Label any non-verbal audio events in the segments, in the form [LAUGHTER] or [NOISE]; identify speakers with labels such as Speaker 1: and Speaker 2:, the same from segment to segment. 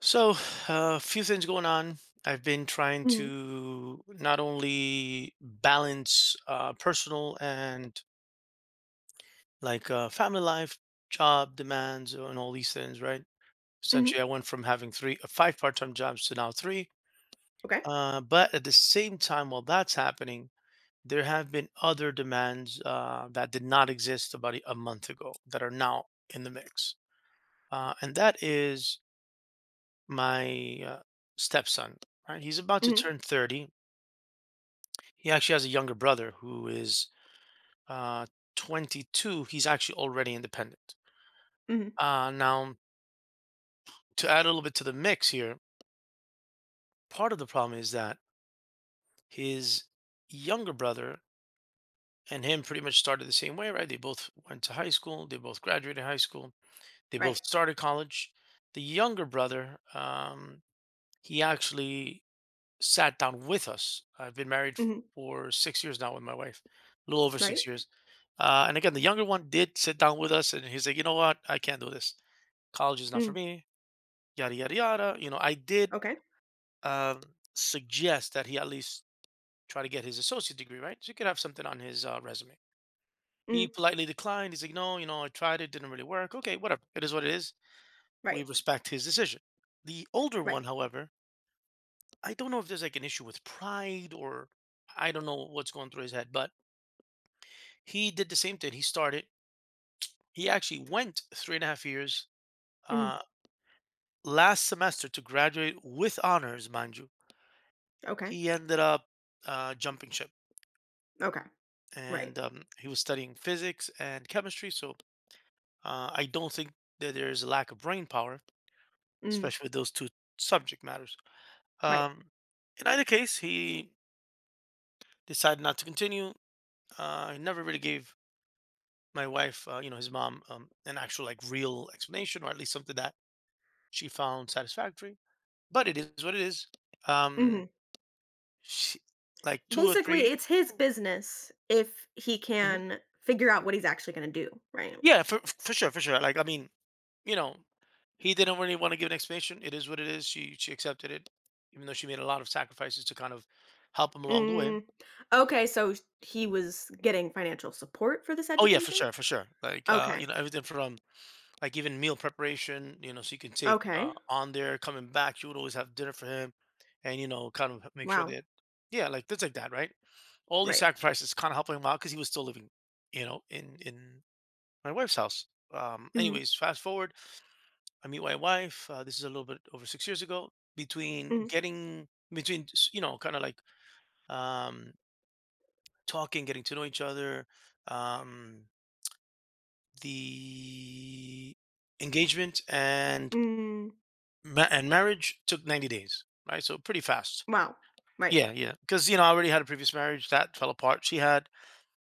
Speaker 1: So, a few things going on. I've been trying
Speaker 2: Mhm,
Speaker 1: to not only balance personal and like family life, job demands, and all these things, right?
Speaker 2: mhm,
Speaker 1: Essentially, I went from having five part-time jobs to now three.
Speaker 2: okay.
Speaker 1: But at the same time, while that's happening, there have been other demands that did not exist about a month ago that are now in the mix, and that is my stepson. Right, he's about to
Speaker 2: Mhm,
Speaker 1: turn 30. He actually has a younger brother who is uh, 22. He's actually already independent.
Speaker 2: mhm,
Speaker 1: Now, to add a little bit to the mix here, part of the problem is that his younger brother and him pretty much started the same way, right? They both went to high school, they both graduated high school, they
Speaker 2: right.
Speaker 1: both started college. The younger brother, he actually sat down with us. I've been married
Speaker 2: Mhm,
Speaker 1: for 6 years now with my wife, a little over
Speaker 2: right.
Speaker 1: 6 years. And again, the younger one did sit down with us, and he's like, you know what, I can't do this. College is not for
Speaker 2: Mm,
Speaker 1: me. Yada yada yada. You know, I did
Speaker 2: okay.
Speaker 1: um, suggest that he at least try to get his associate degree, right? So he could have something on his resume. He
Speaker 2: Mm,
Speaker 1: politely declined. He's like, no, you know, I tried it, didn't really work. Okay, whatever. It is what it is. We
Speaker 2: right,
Speaker 1: respect his decision. The older
Speaker 2: right.
Speaker 1: one, however, I don't know if there's like an issue with pride or I don't know what's going through his head, but he did the same thing. He started. He actually went 3.5 years
Speaker 2: Mm,
Speaker 1: uh, last semester to graduate with honors, mind you,
Speaker 2: okay,
Speaker 1: he ended up jumping ship,
Speaker 2: okay, right.
Speaker 1: and he was studying physics and chemistry. So I don't think that there is a lack of brain power,
Speaker 2: Mm,
Speaker 1: especially with those two subject matters.
Speaker 2: right.
Speaker 1: Um, in either case, he decided not to continue. He never really gave my wife, you know, his mom, an actual like real explanation, or at least something that she found satisfactory. But it is what it is. Um,
Speaker 2: Mhm.
Speaker 1: she, like, two or
Speaker 2: Basically,
Speaker 1: 3.
Speaker 2: it's his business if he
Speaker 1: Mm-hmm.
Speaker 2: can figure out what he's actually gonna do, right?
Speaker 1: Yeah, for sure, for sure. Like, I mean, you know, he didn't really want to give an explanation. It is what it is. She accepted it, even though she made a lot of sacrifices to kind of help him along the way.
Speaker 2: Mm, okay, so he was getting financial support for this
Speaker 1: Oh yeah, for
Speaker 2: education?
Speaker 1: sure, for sure. Like,
Speaker 2: Okay,
Speaker 1: you know, everything from like even meal preparation. You know, so you can take
Speaker 2: okay.
Speaker 1: on there, coming back, you would always have dinner for him, and you know, kind of make sure
Speaker 2: Wow,
Speaker 1: that, yeah, like things like that, right? All these
Speaker 2: right.
Speaker 1: sacrifices kind of helping him out because he was still living, you know, in my wife's house. Um,
Speaker 2: Mhm,
Speaker 1: anyways, fast forward, I meet my wife. This is a little bit over 6 years ago. Between
Speaker 2: mhm,
Speaker 1: getting between s- You know, kind of like um, talking, getting to know each other, um, the engagement and
Speaker 2: mm,
Speaker 1: and marriage took 90 days, right? So pretty fast.
Speaker 2: wow, right.
Speaker 1: Yeah, yeah. Because, you know, I already had a previous marriage that fell apart. She had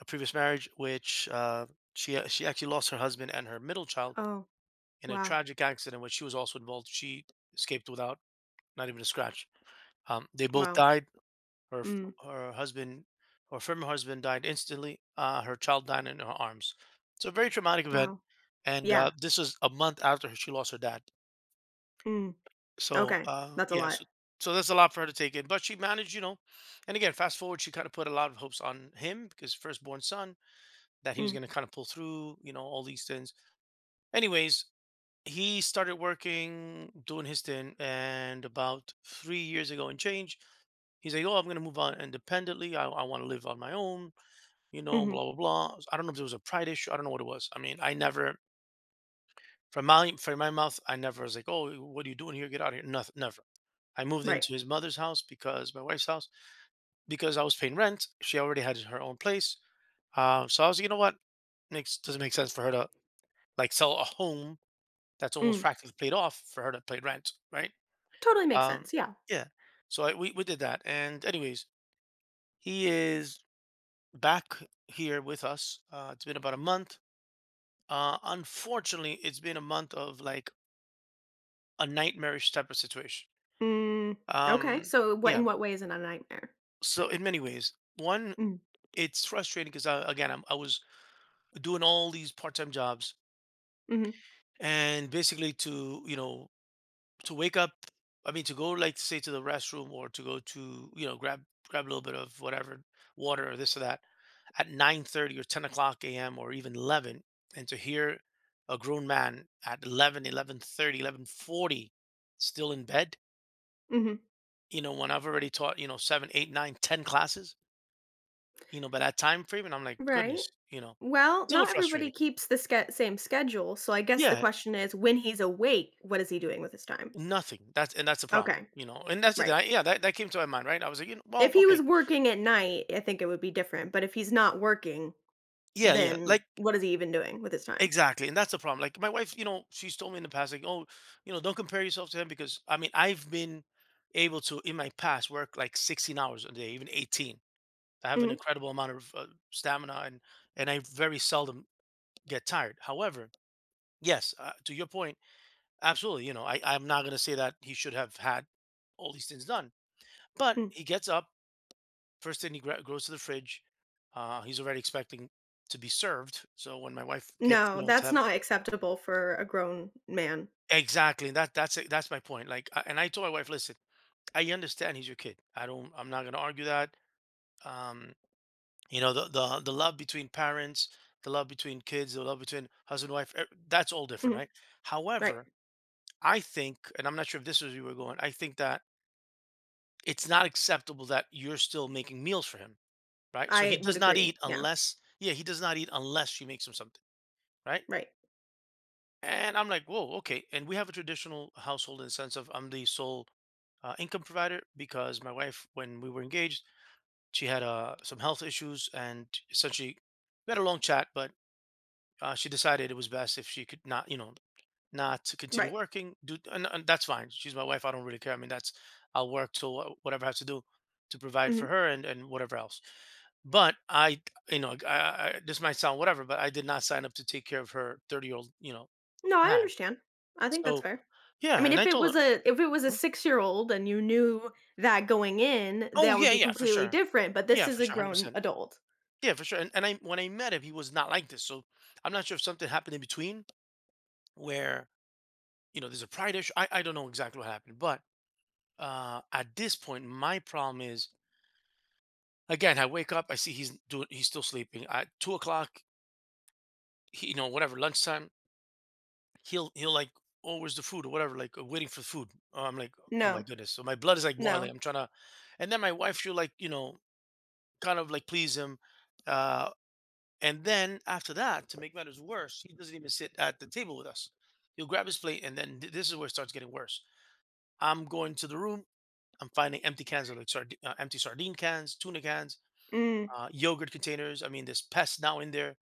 Speaker 1: a previous marriage which, she actually lost her husband and her middle child
Speaker 2: Oh,
Speaker 1: in a
Speaker 2: wow,
Speaker 1: tragic accident, which she was also involved. She escaped without not even a scratch. They both
Speaker 2: wow,
Speaker 1: died. Her f-
Speaker 2: mm,
Speaker 1: Her husband, her former husband, died instantly. Her child died in her arms. So a very traumatic event,
Speaker 2: wow.
Speaker 1: and
Speaker 2: Yeah,
Speaker 1: this was a month after she lost her dad.
Speaker 2: mm,
Speaker 1: So
Speaker 2: okay, that's a
Speaker 1: yeah,
Speaker 2: lot.
Speaker 1: so that's a lot for her to take in, but she managed, you know. And again, fast forward, she kind of put a lot of hopes on him because firstborn son that he was
Speaker 2: Mm,
Speaker 1: going to kind of pull through, you know, all these things. Anyways, he started working, doing his thing, and about 3 years ago and change, he's like, "Oh, I'm gonna move on independently. I want to live on my own, you know,
Speaker 2: mhm,
Speaker 1: blah blah blah." I don't know if there was a pride issue. I don't know what it was. I mean, I never from my mouth, I never was like, "Oh, what are you doing here? Get out of here!" Nothing, never. I moved
Speaker 2: right.
Speaker 1: into his mother's house because my wife's house, because I was paying rent. She already had her own place. So I was like, you know what, makes doesn't make sense for her to like sell a home that's almost
Speaker 2: Mm,
Speaker 1: practically paid off for her to pay rent, right?
Speaker 2: totally makes
Speaker 1: Um,
Speaker 2: sense, yeah.
Speaker 1: yeah. So we did that, and anyways, he is back here with us. It's been about a month. Unfortunately, it's been a month of like a nightmarish type of situation.
Speaker 2: Mm, okay,
Speaker 1: Um,
Speaker 2: so what
Speaker 1: yeah.
Speaker 2: in what way is it a nightmare?
Speaker 1: So in many ways, one,
Speaker 2: Mm,
Speaker 1: it's frustrating because again, I was doing all these part-time jobs,
Speaker 2: mhm,
Speaker 1: and basically, to you know to wake up, I mean to go, like, say, to the restroom, or to go to, you know, grab a little bit of whatever, water or this or that, at 9:30 or 10 o'clock am, or even 11, and to hear a grown man at 11, 11:30, 11:40, still in bed,
Speaker 2: mhm,
Speaker 1: you know, when I've already taught, you know, 7, 8, 9, 10 classes, you know, by that time frame, and I'm like,
Speaker 2: right.
Speaker 1: goodness, you know,
Speaker 2: Well,
Speaker 1: it's a little
Speaker 2: not everybody
Speaker 1: frustrating.
Speaker 2: keeps the ske same schedule, so I guess the
Speaker 1: Yeah,
Speaker 2: question is, when he's awake, what is he doing with his time?
Speaker 1: nothing, that's the problem,
Speaker 2: Okay,
Speaker 1: you know, and that's the thing.
Speaker 2: right.
Speaker 1: Yeah, that came to my mind, right, I was like, you know,
Speaker 2: If
Speaker 1: well,
Speaker 2: he was
Speaker 1: okay.
Speaker 2: working at night, I think it would be different, but if he's not working
Speaker 1: Yeah, yeah,
Speaker 2: then
Speaker 1: like,
Speaker 2: what is he even doing with his time?
Speaker 1: exactly, and that's the problem. Like, my wife, you know, she's told me in the past, like, oh, you know, don't compare yourself to him, because I mean, I've been able to in my past work like 16 hours a day, even 18. I have an
Speaker 2: Mhm,
Speaker 1: incredible amount of stamina, and I very seldom get tired. However, yes, to your point, absolutely. You know, I'm not gonna say that he should have had all these things done, but
Speaker 2: mm.
Speaker 1: he gets up, first thing he goes to the fridge. He's already expecting to be served. So when my wife gets,
Speaker 2: No,
Speaker 1: you know, to
Speaker 2: that's
Speaker 1: have.
Speaker 2: not acceptable for a grown man.
Speaker 1: Exactly. That's it. That's my point. Like, and I told my wife, listen, I understand he's your kid. I don't. I'm not gonna argue that. Um, you know, the love between parents, the love between kids, the love between husband and wife. That's all different,
Speaker 2: Mhm,
Speaker 1: right?
Speaker 2: right.
Speaker 1: However, I think, and I'm not sure if this is where you were going, I think that it's not acceptable that you're still making meals for him, right? So he
Speaker 2: I would
Speaker 1: does not
Speaker 2: agree.
Speaker 1: eat
Speaker 2: Yeah,
Speaker 1: unless, yeah, he does not eat unless she makes him something, right?
Speaker 2: right,
Speaker 1: And I'm like, whoa, okay. And we have a traditional household in the sense of I'm the sole income provider, because my wife, when we were engaged, she had some health issues, and essentially we had a long chat, but she decided it was best if she could not, you know, not to continue
Speaker 2: right.
Speaker 1: working. And that's fine. She's my wife. I don't really care. I mean, that's, I'll work till whatever I have to do to provide for
Speaker 2: Mhm.
Speaker 1: her and whatever else. But you know, this might sound whatever, but I did not sign up to take care of her 30-year-old, you know,
Speaker 2: No, I
Speaker 1: man.
Speaker 2: understand. I think that's
Speaker 1: So
Speaker 2: fair. I
Speaker 1: yeah,
Speaker 2: mean,
Speaker 1: and
Speaker 2: if
Speaker 1: I
Speaker 2: it
Speaker 1: told
Speaker 2: was
Speaker 1: him.
Speaker 2: a if it was a
Speaker 1: Mhm.
Speaker 2: 6-year-old and you knew that going in,
Speaker 1: Oh,
Speaker 2: that would
Speaker 1: yeah,
Speaker 2: be
Speaker 1: yeah, for
Speaker 2: completely
Speaker 1: sure.
Speaker 2: different, but this
Speaker 1: Yeah,
Speaker 2: is
Speaker 1: for
Speaker 2: a
Speaker 1: sure,
Speaker 2: grown
Speaker 1: 100%.
Speaker 2: adult.
Speaker 1: Yeah, for sure, and I when I met him, he was not like this, so I'm not sure if something happened in between where, you know, there's a pride issue. I don't know exactly what happened, but, at this point, my problem is, again, I wake up, I see he's still sleeping. At 2:00, he, you know, whatever, lunchtime, he'll, like, "Oh, where's the food?" or whatever, like, waiting for food. Oh, I'm like, "Oh my
Speaker 2: No.
Speaker 1: goodness." So my blood is, like, boiling.
Speaker 2: No.
Speaker 1: I'm trying to, and then my wife, she'll, like, you know, kind of, like, please him. Uh And then, after that, to make matters worse, he doesn't even sit at the table with us. He'll grab his plate, and then this is where it starts getting worse. I'm going to the room. I'm finding empty cans of, like, empty sardine cans, tuna cans,
Speaker 2: Mm,
Speaker 1: yogurt containers. I mean, there's pests now in there,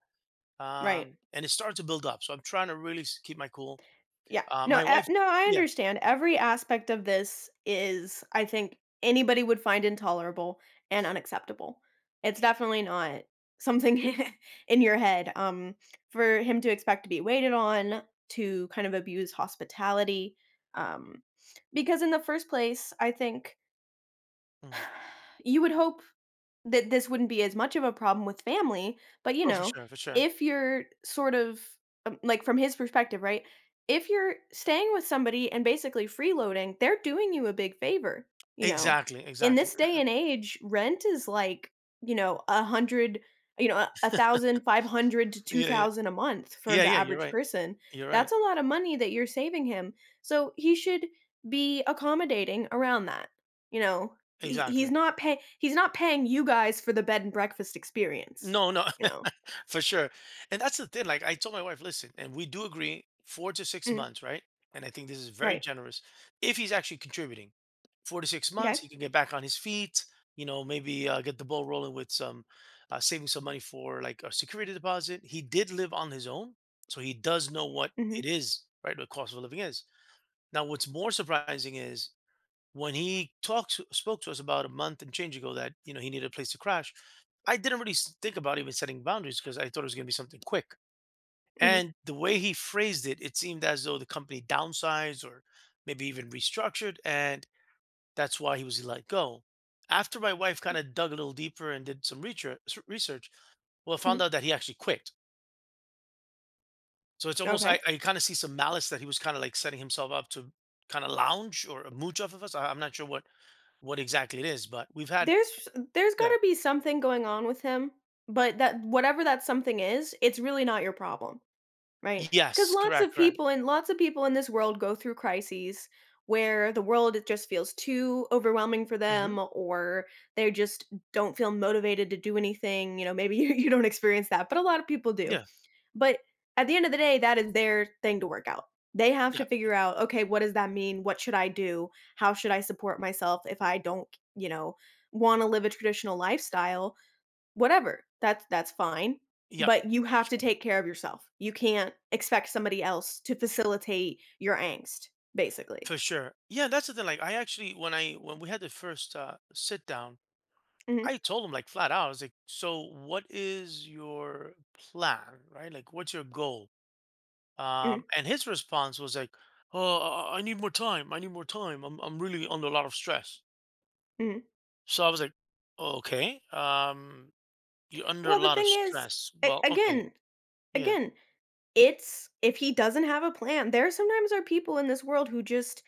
Speaker 2: right.
Speaker 1: and it starts to build up. So I'm trying to really keep my cool.
Speaker 2: Yeah. No,
Speaker 1: My
Speaker 2: e
Speaker 1: wife,
Speaker 2: no, I
Speaker 1: yeah,
Speaker 2: understand. Every aspect of this is, I think, anybody would find intolerable and unacceptable. It's definitely not something [LAUGHS] in your head, for him to expect to be waited on, to kind of abuse hospitality, um, because in the first place, I think
Speaker 1: mm.
Speaker 2: [SIGHS] you would hope that this wouldn't be as much of a problem with family, but, you
Speaker 1: Oh, for
Speaker 2: know,
Speaker 1: sure, for sure.
Speaker 2: if you're sort of, like, from his perspective, right? If you're staying with somebody and basically freeloading, they're doing you a big favor, you know?
Speaker 1: Exactly,
Speaker 2: In
Speaker 1: exactly.
Speaker 2: this day and age, rent is like, you know, 100 a 1,500 to
Speaker 1: Yeah,
Speaker 2: 2,000 a month for
Speaker 1: yeah, yeah,
Speaker 2: the
Speaker 1: yeah. You're
Speaker 2: average
Speaker 1: right.
Speaker 2: person.
Speaker 1: You're right.
Speaker 2: That's a lot of money that you're saving him, so he should be accommodating around that, you know? He he's
Speaker 1: Exactly.
Speaker 2: not pay he's not paying you guys for the bed and breakfast experience,
Speaker 1: No, no,
Speaker 2: you
Speaker 1: [LAUGHS]
Speaker 2: know?
Speaker 1: for sure. And that's the thing. Like, I told my wife, listen, and we do agree four to six
Speaker 2: Mm,
Speaker 1: months, right? And I think this is very
Speaker 2: right.
Speaker 1: generous. If he's actually contributing, 4 to 6 months,
Speaker 2: Okay.
Speaker 1: he can get back on his feet. You know, maybe get the ball rolling with some saving some money for like a security deposit. He did live on his own, so he does know what it
Speaker 2: Mhm.
Speaker 1: is, right? What cost of living is. Now, what's more surprising is, when he talked spoke to us about a month and change ago, that, you know, he needed a place to crash, I didn't really think about even setting boundaries, because I thought it was going to be something quick,
Speaker 2: Mhm.
Speaker 1: and the way he phrased it, seemed as though the company downsized or maybe even restructured, and that's why he was let go. After my wife kind of dug a little deeper and did some research, well, I
Speaker 2: Mhm.
Speaker 1: found out that he actually quit, so it's almost,
Speaker 2: Okay.
Speaker 1: I kind of see some malice, that he was kind of like setting himself up to kind of lounge or mooch off of us. I'm not sure what exactly it is, but we've had.
Speaker 2: There's there's
Speaker 1: Yeah.
Speaker 2: gotta be something going on with him, but that whatever that something is, it's really not your problem, right? Because
Speaker 1: Yes,
Speaker 2: lots
Speaker 1: correct,
Speaker 2: of
Speaker 1: correct.
Speaker 2: people and lots of people in this world go through crises where the world it just feels too overwhelming for
Speaker 1: Mhm.
Speaker 2: them or they just don't feel motivated to do anything, maybe [LAUGHS] you don't experience that, but a lot of people do.
Speaker 1: Yeah,
Speaker 2: But at the end of the day, that is their thing to work out. They have to
Speaker 1: yeah, yeah,
Speaker 2: figure out, okay, what does that mean? What should I do? How should I support myself if I don't, you know, want to live a traditional lifestyle? Whatever. That's fine.
Speaker 1: yep,
Speaker 2: But you
Speaker 1: for
Speaker 2: have to
Speaker 1: sure,
Speaker 2: take care of yourself. You can't expect somebody else to facilitate your angst, basically.
Speaker 1: for sure. Yeah, that's the thing, like, I actually when I when we had the first, sit down, I
Speaker 2: Hmm.
Speaker 1: told him, like, flat out, I was like, "So, what is your plan, right? Like, what's your goal?" Um,
Speaker 2: Hmm.
Speaker 1: and his response was like, "Oh, I need more time, I need more time. I'm really under a lot of stress."
Speaker 2: Hmm.
Speaker 1: So I was like, okay, you're under a
Speaker 2: Well, the
Speaker 1: lot of
Speaker 2: thing is,
Speaker 1: stress.
Speaker 2: a-
Speaker 1: Well, okay,
Speaker 2: again,
Speaker 1: yeah,
Speaker 2: again, it's if he doesn't have a plan, there sometimes are people in this world who just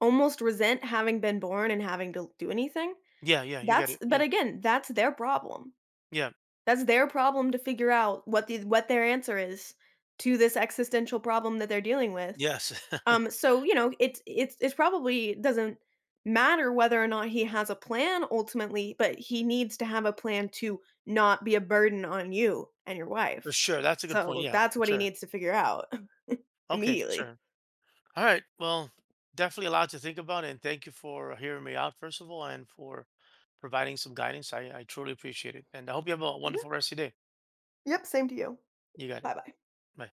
Speaker 2: almost resent having been born and having to do anything.
Speaker 1: yeah, yeah, you got
Speaker 2: That's
Speaker 1: it,
Speaker 2: but
Speaker 1: yeah,
Speaker 2: again, that's their problem.
Speaker 1: yeah,
Speaker 2: That's their problem to figure out what their answer is to this existential problem that they're dealing with.
Speaker 1: yes. [LAUGHS]
Speaker 2: So, it's probably doesn't matter whether or not he has a plan ultimately, but he needs to have a plan to not be a burden on you and your
Speaker 1: For
Speaker 2: wife.
Speaker 1: sure, that's a good point,
Speaker 2: So,
Speaker 1: yeah,
Speaker 2: that's
Speaker 1: for
Speaker 2: what he
Speaker 1: sure.
Speaker 2: needs to figure out [LAUGHS]
Speaker 1: Okay, for
Speaker 2: immediately.
Speaker 1: sure. Alright, well, definitely a lot to think about, and thank you for hearing me out, first of all, and for providing some guidance, I truly appreciate it, and I hope you have a
Speaker 2: Yep.
Speaker 1: wonderful rest of your day.
Speaker 2: Yep, same to you.
Speaker 1: You got it,
Speaker 2: Bye-bye.
Speaker 1: bye.